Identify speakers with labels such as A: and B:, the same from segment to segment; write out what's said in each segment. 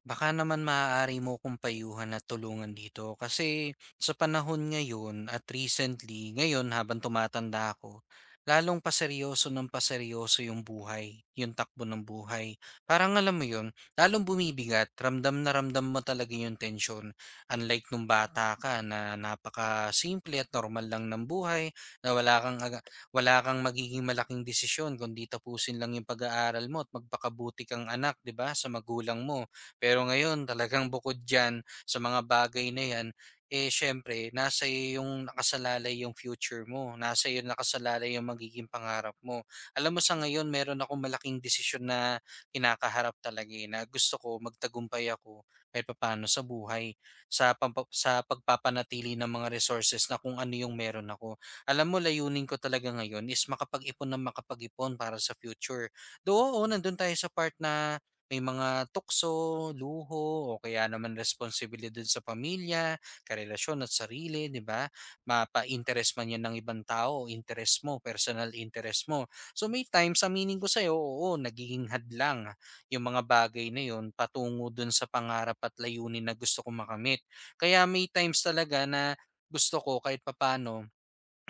A: Baka naman maaari mo kong payuhan at tulungan dito kasi sa panahon ngayon at recently, ngayon habang tumatanda ako, lalong paseryoso ng paseryoso yung buhay, yung takbo ng buhay. Parang alam mo yun, lalong bumibigat, ramdam na ramdam mo talaga yung tension. Unlike nung bata ka na napaka-simple at normal lang ng buhay, na wala kang magiging malaking desisyon kundi tapusin lang yung pag-aaral mo at magpakabuti kang anak, di ba, sa magulang mo. Pero ngayon talagang bukod diyan sa mga bagay na 'yan, eh, siyempre nasa iyo yung nakasalalay yung future mo, nasa iyo nakasalalay yung magiging pangarap mo. Alam mo sa ngayon meron akong malaking desisyon na kinakaharap talaga, eh, na gusto ko magtagumpay ako kahit papaano sa buhay, sa pagpapanatili ng mga resources na kung ano yung meron ako. Alam mo layunin ko talaga ngayon is makapag-ipon ng makapag-ipon para sa future. Though, oo nandun tayo sa part na may mga tukso, luho, o kaya naman responsibilidad sa pamilya, karelasyon at sarili, di ba? Mapa-interest man yan ng ibang tao, interest mo, personal interest mo. So may times sa meaning ko sa'yo, oo, nagiging hadlang yung mga bagay na yun patungo dun sa pangarap at layunin na gusto ko makamit. Kaya may times talaga na gusto ko kahit papano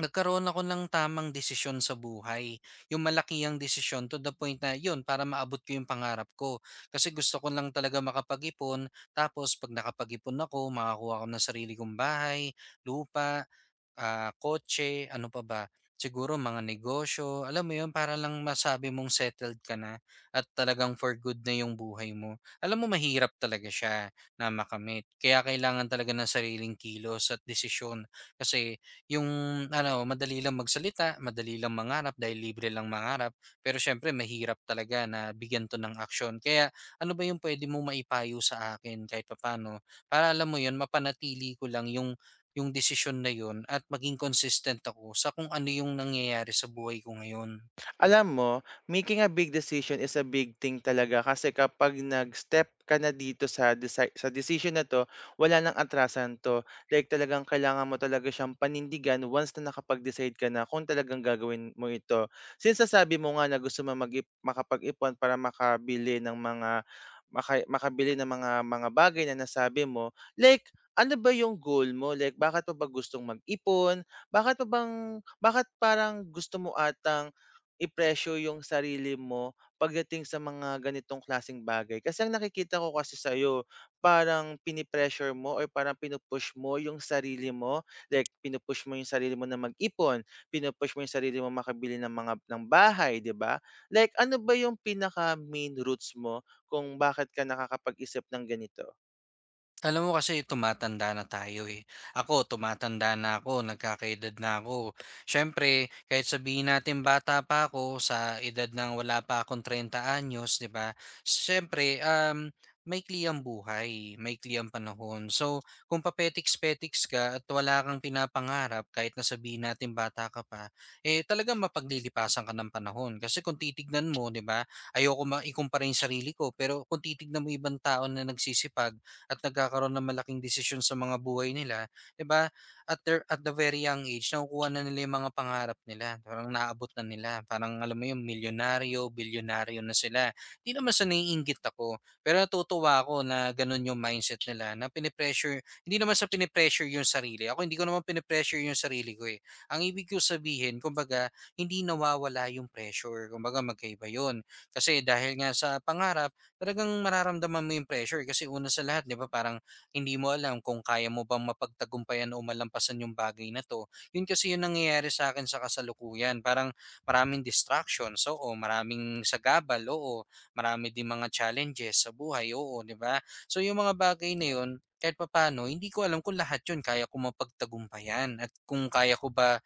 A: nagkaroon ako ng tamang desisyon sa buhay. Yung malaki ang desisyon to the point na yun, para maabot ko yung pangarap ko. Kasi gusto ko lang talaga makapag-ipon, tapos pag nakapag-ipon ako, makakuha ko ng sarili kong bahay, lupa, ah, kotse, ano pa ba, siguro mga negosyo, alam mo 'yun, para lang masabi mong settled ka na at talagang for good na 'yung buhay mo. Alam mo mahirap talaga siya na makamit, kaya kailangan talaga ng sariling kilos at desisyon. Kasi 'yung ano, madali lang magsalita, madali lang mangarap dahil libre lang mangarap, pero siyempre mahirap talaga na bigyan 'to ng aksyon. Kaya ano ba 'yung puwede mo maipayo sa akin kahit papaano para alam mo 'yun, mapanatili ko lang 'yung desisyon na yun at maging consistent ako sa kung ano yung nangyayari sa buhay ko ngayon.
B: Alam mo, making a big decision is a big thing talaga kasi kapag nag-step ka na dito sa decision na to, wala nang atrasan to. Like talagang kailangan mo talaga siyang panindigan once na nakapag-decide ka na kung talagang gagawin mo ito. Since sabi mo nga na gusto mo makapag-ipon para makabili ng mga makabili ng mga bagay na nasabi mo, like ano ba yung goal mo? Like, bakit pa ba gustong mag-ipon? Bakit parang gusto mo atang i-pressure yung sarili mo pagdating sa mga ganitong klasing bagay. Kasi ang nakikita ko kasi sa'yo, parang pinipressure mo or parang pinupush mo yung sarili mo. Like, pinupush mo yung sarili mo na mag-ipon, pinu mo yung sarili mo makabili ng mga ng bahay, di ba? Like, ano ba yung pinaka-main roots mo kung bakit ka nakakapag-isip ng ganito?
A: Alam mo kasi tumatanda na tayo eh. Ako, tumatanda na ako, nagkakaedad na ako. Siyempre, kahit sabihin natin bata pa ako sa edad ng wala pa akong 30 anyos, di ba? Siyempre, maikli ang buhay, maikli ang panahon. So, kung papetiks-petiks ka at wala kang pinapangarap, kahit na sabihin natin bata ka pa, eh talagang mapaglilipasan ka ng panahon. Kasi kung titignan mo, di ba, ayoko ikumpara yung sarili ko, pero kung titignan mo ibang tao na nagsisipag, at nagkakaroon ng malaking desisyon sa mga buhay nila, 'di ba? At their, at the very young age, nakukuha na nila yung mga pangarap nila. Parang naabot na nila. Parang alam mo yung milyonaryo, bilyonaryo na sila. Hindi naman sa naiinggit ako. Pero natutuwa ako na ganun yung mindset nila. Na pinipressure, hindi naman sa pinipressure yung sarili. Ako hindi ko naman pinipressure yung sarili ko eh. Ang ibig ko sabihin, kumbaga, hindi nawawala yung pressure. Kumbaga, magkaiba yun. Kasi dahil nga sa pangarap, talagang mararamdaman mo yung pressure eh, kasi una sa lahat, 'di ba, parang hindi mo alam kung kaya mo bang mapagtagumpayan o malampasan yung bagay na 'to. Yun kasi yung nangyayari sa akin sa kasalukuyan. Parang maraming distractions, oo, maraming sagabal, oo, marami din mga challenges sa buhay, oo, 'di ba? So yung mga bagay na yun, kahit papano, hindi ko alam kung lahat yun kaya ko mapagtagumpayan at kung kaya ko ba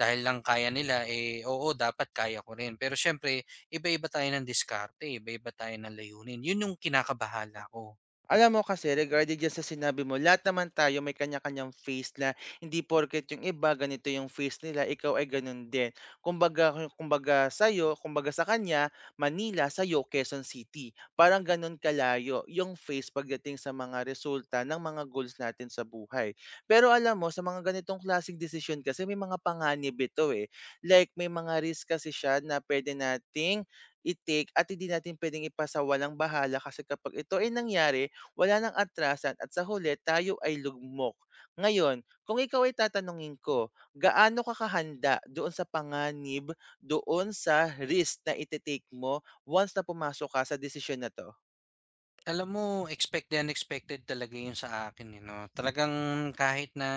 A: dahil lang kaya nila, eh oo, dapat kaya ko rin. Pero syempre, iba-iba tayo ng diskarte, iba-iba tayo ng layunin. Yun yung kinakabahala ko.
B: Alam mo kasi regarding diyan sa sinabi mo, lahat naman tayo may kanya-kanyang face na hindi porket yung iba ganito yung face nila, ikaw ay ganun din. Kumbaga kumbaga sa'yo, kumbaga sa kanya, Manila, sa'yo Quezon City. Parang ganun kalayo yung face pagdating sa mga resulta ng mga goals natin sa buhay. Pero alam mo, sa mga ganitong klaseng decision, kasi may mga panganib ito eh. Like may mga risk kasi siya na pwede nating i-take at hindi natin pwedeng ipasa walang bahala kasi kapag ito ay nangyari, wala ng atrasan at sa huli tayo ay lugmok. Ngayon, kung ikaw ay tatanungin ko, gaano ka kahanda doon sa panganib, doon sa risk na ite-take mo once na pumasok ka sa desisyon na 'to?
A: Alam mo, expected and unexpected talaga 'yun sa akin, eh, 'no. Talagang kahit na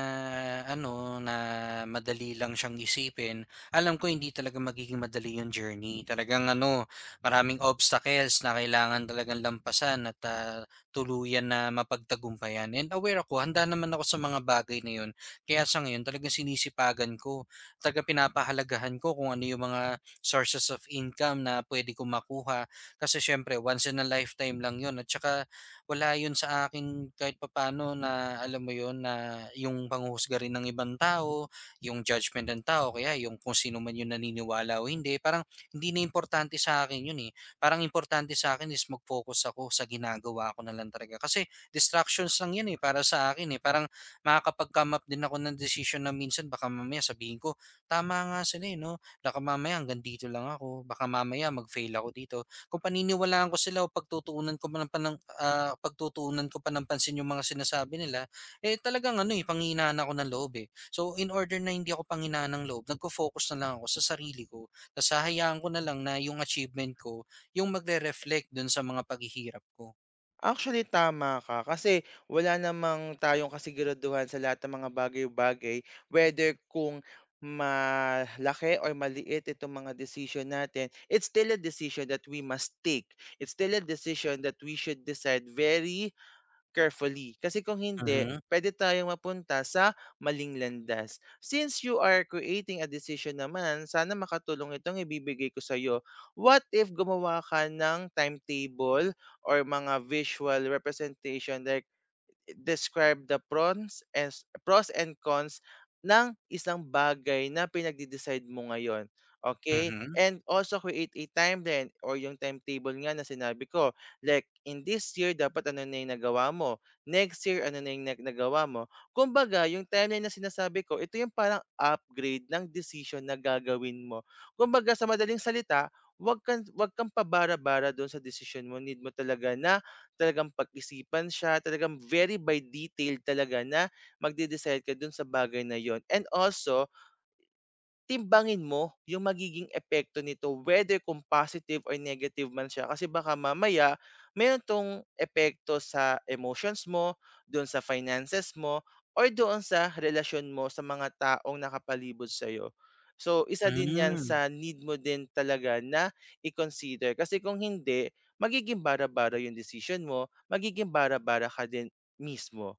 A: ano, na madali lang siyang isipin, alam ko hindi talaga magiging madali 'yung journey. Talagang ano, maraming obstacles na kailangan talagang lampasan at tuluyan na mapagtagumpayan and aware ako, handa naman ako sa mga bagay na 'yun. Kaya sa ngayon talagang sinisipagan ko, talaga pinapahalagahan ko kung ano 'yung mga sources of income na puwede kong makuha kasi siyempre once in a lifetime lang 'yun at saka wala 'yun sa akin kahit papaano na alam mo 'yun na yung panghuhusga rin ng ibang tao, yung judgment ng tao, kaya yung kung sino man 'yung naniniwala o hindi, parang hindi na importante sa akin 'yun, eh. Parang importante sa akin is mag-focus ako sa ginagawa ko na lang talaga kasi distractions lang 'yan, eh, para sa akin, eh. Parang makakapag-come up din ako ng decision na minsan baka mamaya sabihin ko, "Tama nga sila, eh, 'no? Baka mamaya hanggang dito lang ako, baka mamaya mag-fail ako dito." Kung paniniwalaan ko sila o pagtutuunan ko pa ng pagtutuunan ko pa ng pansin yung mga sinasabi nila, eh, talagang ano, eh, panghihinaan ako ng loob, eh. So, in order na hindi ako panghinaan ng loob, nagfo-focus na lang ako sa sarili ko, ta's hahayaan ko na lang na yung achievement ko yung magre-reflect dun sa mga paghihirap ko.
B: Actually, tama ka kasi wala namang tayong kasiguraduhan sa lahat ng mga bagay-bagay whether kung malaki or maliit itong mga decision natin, it's still a decision that we must take. It's still a decision that we should decide very carefully. Kasi kung hindi,
A: Mhm.
B: pwede tayong mapunta sa maling landas. Since you are creating a decision naman, sana makatulong itong ibibigay ko sa'yo. What if gumawa ka ng timetable or mga visual representation like describe the pros and cons ng isang bagay na pinagde-decide mo ngayon. Okay?
A: Mhm.
B: And also create a timeline or yung timetable nga na sinabi ko. Like, in this year, dapat ano na yung nagawa mo. Next year, ano na yung nagawa mo. Kumbaga, yung timeline na sinasabi ko, ito yung parang upgrade ng decision na gagawin mo. Kumbaga, sa madaling salita, wag kang pabara-bara doon sa decision mo. Need mo talaga na talagang pag-isipan siya, talagang very by detail talaga na magde-decide ka dun sa bagay na yon, and also, timbangin mo yung magiging epekto nito whether kung positive or negative man siya kasi baka mamaya meron 'tong epekto sa emotions mo, do'n sa finances mo, or doon sa relasyon mo sa mga taong nakapalibot sa'yo. So, isa din 'yan
A: Hmm.
B: sa need mo din talaga na i-consider kasi kung hindi, magiging bara-bara yung decision mo, magiging bara-bara ka din mismo.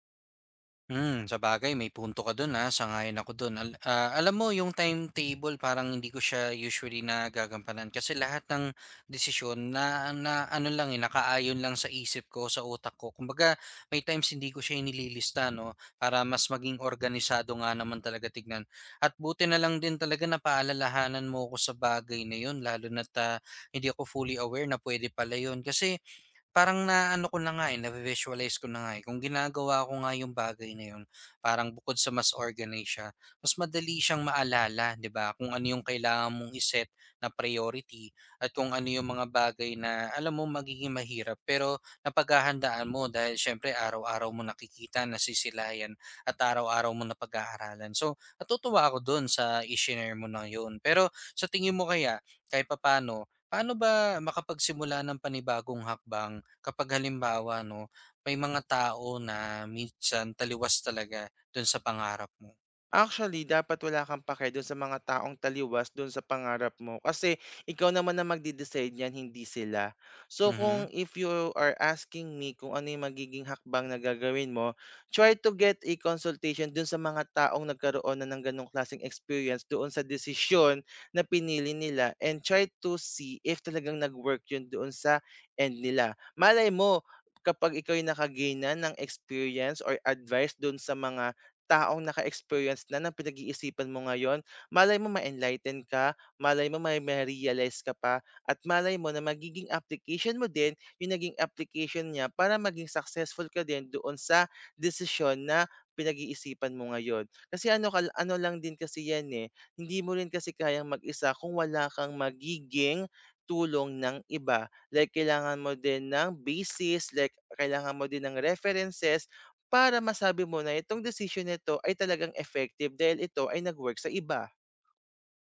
A: Hmm, sa bagay may punto ka do'n, ah, sang ako do'n. Alam mo yung timetable parang hindi ko siya usually nagagampanan kasi lahat ng desisyon na na ano lang, eh, nakaayon lang sa isip ko, sa utak ko. Kumbaga may times hindi ko siya nililista 'no, para mas maging organisado nga naman talaga tignan. At buti na lang din talaga na paalalahanan mo ko sa bagay na yun lalo na't, hindi ako fully aware na puwede pala yun. Kasi parang naano ko na nga, eh, navi-visualize ko na nga, eh. Kung ginagawa ko nga yung bagay na yun, parang bukod sa mas organized siya, mas madali siyang maalala, 'di ba? Kung ano yung kailangan mong iset na priority at kung ano yung mga bagay na alam mo magiging mahirap pero napaghahandaan mo dahil siyempre araw-araw mo nakikita, nasisilayan at araw-araw mo napag-aaralan. So, natutuwa ako dun sa i-shinare mo na yun. Pero sa tingin mo kaya, kahit papaano, paano ba makapagsimula ng panibagong hakbang kapag halimbawa 'no, may mga tao na minsan taliwas talaga dun sa pangarap mo?
B: Actually, dapat wala kang pake dun sa mga taong taliwas dun sa pangarap mo kasi ikaw naman ang magde-decide niyan, hindi sila. So kung
A: Mhm.
B: if you are asking me kung ano yung magiging hakbang na gagawin mo, try to get a consultation dun sa mga taong nagkaroon na ng ganong klaseng experience doon sa desisyon na pinili nila and try to see if talagang nag-work yun doon sa end nila. Malay mo, kapag ikaw yung nakagain na ng experience or advice dun sa mga taong naka-experience na ng pinag-iisipan mo ngayon, malay mo ma-enlighten ka, malay mo may ma-realize ka pa, at malay mo na magiging application mo din yung naging application niya para maging successful ka din doon sa desisyon na pinag-iisipan mo ngayon. Kasi ano, ano lang din kasi yan eh, hindi mo rin kasi kayang mag-isa kung wala kang magiging tulong ng iba. Like, kailangan mo din ng basis, like, kailangan mo din ng references, para masabi mo na itong decision nito ay talagang effective dahil ito ay nag-work sa iba.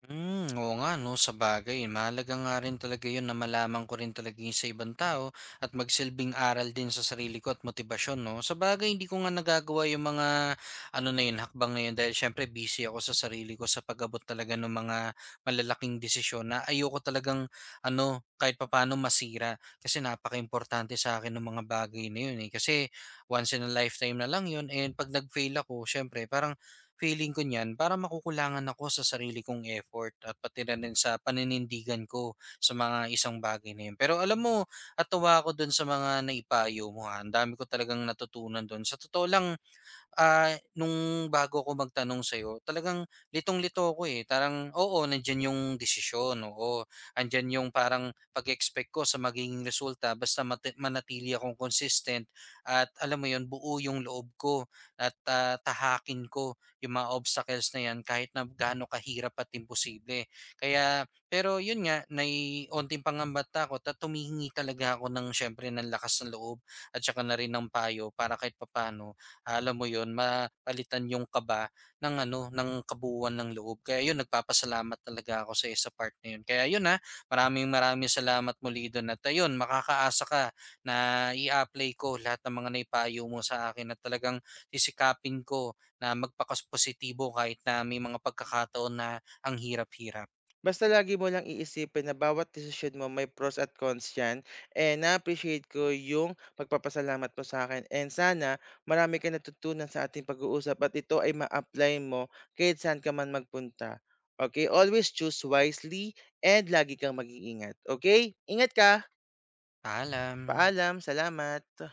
A: Hmm, oo nga 'no, sa bagay? Mahalaga nga rin talaga 'yun na malaman ko rin talaga 'yun sa ibang tao at magsilbing aral din sa sarili ko at motibasyon 'no. Sa bagay hindi ko nga nagagawa 'yung mga ano na 'yun, hakbang na 'yun dahil siyempre busy ako sa sarili ko sa pag-abot talaga ng mga malalaking desisyon na ayoko talagang ano, kahit papaano masira. Kasi napaka importante sa akin nung mga bagay na 'yun, eh, kasi once in a lifetime na lang 'yun and 'pag nag-fail ako siyempre parang feeling ko niyan para makukulangan ako sa sarili kong effort at pati na rin sa paninindigan ko sa mga isang bagay na yun. Pero alam mo, at tuwa ako dun sa mga naipayo mo ha. Ang dami ko talagang natutunan dun. Sa totoo lang, nung bago ko magtanong sa'yo talagang litong-lito ako, eh. Parang oo, nandiyan yung desisyon, oo. Andiyan yung parang pag-expect ko sa magiging resulta basta manatili akong consistent at alam mo yon buo yung loob ko at tahakin ko yung mga obstacles na yan kahit na gaano kahirap at imposible. Kaya pero yun nga, naiunting pangamba at takot at humihingi talaga ako ng siyempre ng lakas ng loob at saka na rin ng payo para kahit papano alam mo 'yun, mapalitan yung kaba ng ano, ng kabuuan ng loob. Kaya 'yun, nagpapasalamat talaga ako sa part na 'yun. Kaya 'yun, maraming maraming salamat muli do'n at ayun, makakaasa ka na i apply ko lahat ng mga naipayo mo sa akin at talagang sisikapin ko na magpakas positibo kahit na may mga pagkakataon na ang hirap-hirap.
B: Basta lagi mo lang iisipin na bawat decision mo may pros at cons yan and na-appreciate ko yung pagpapasalamat mo sa akin and sana marami ka natutunan sa ating pag-uusap at ito ay ma-apply mo kahit saan ka man magpunta. Okay? Always choose wisely and lagi kang mag-iingat. Okay? Ingat ka!
A: Paalam.
B: Paalam! Salamat!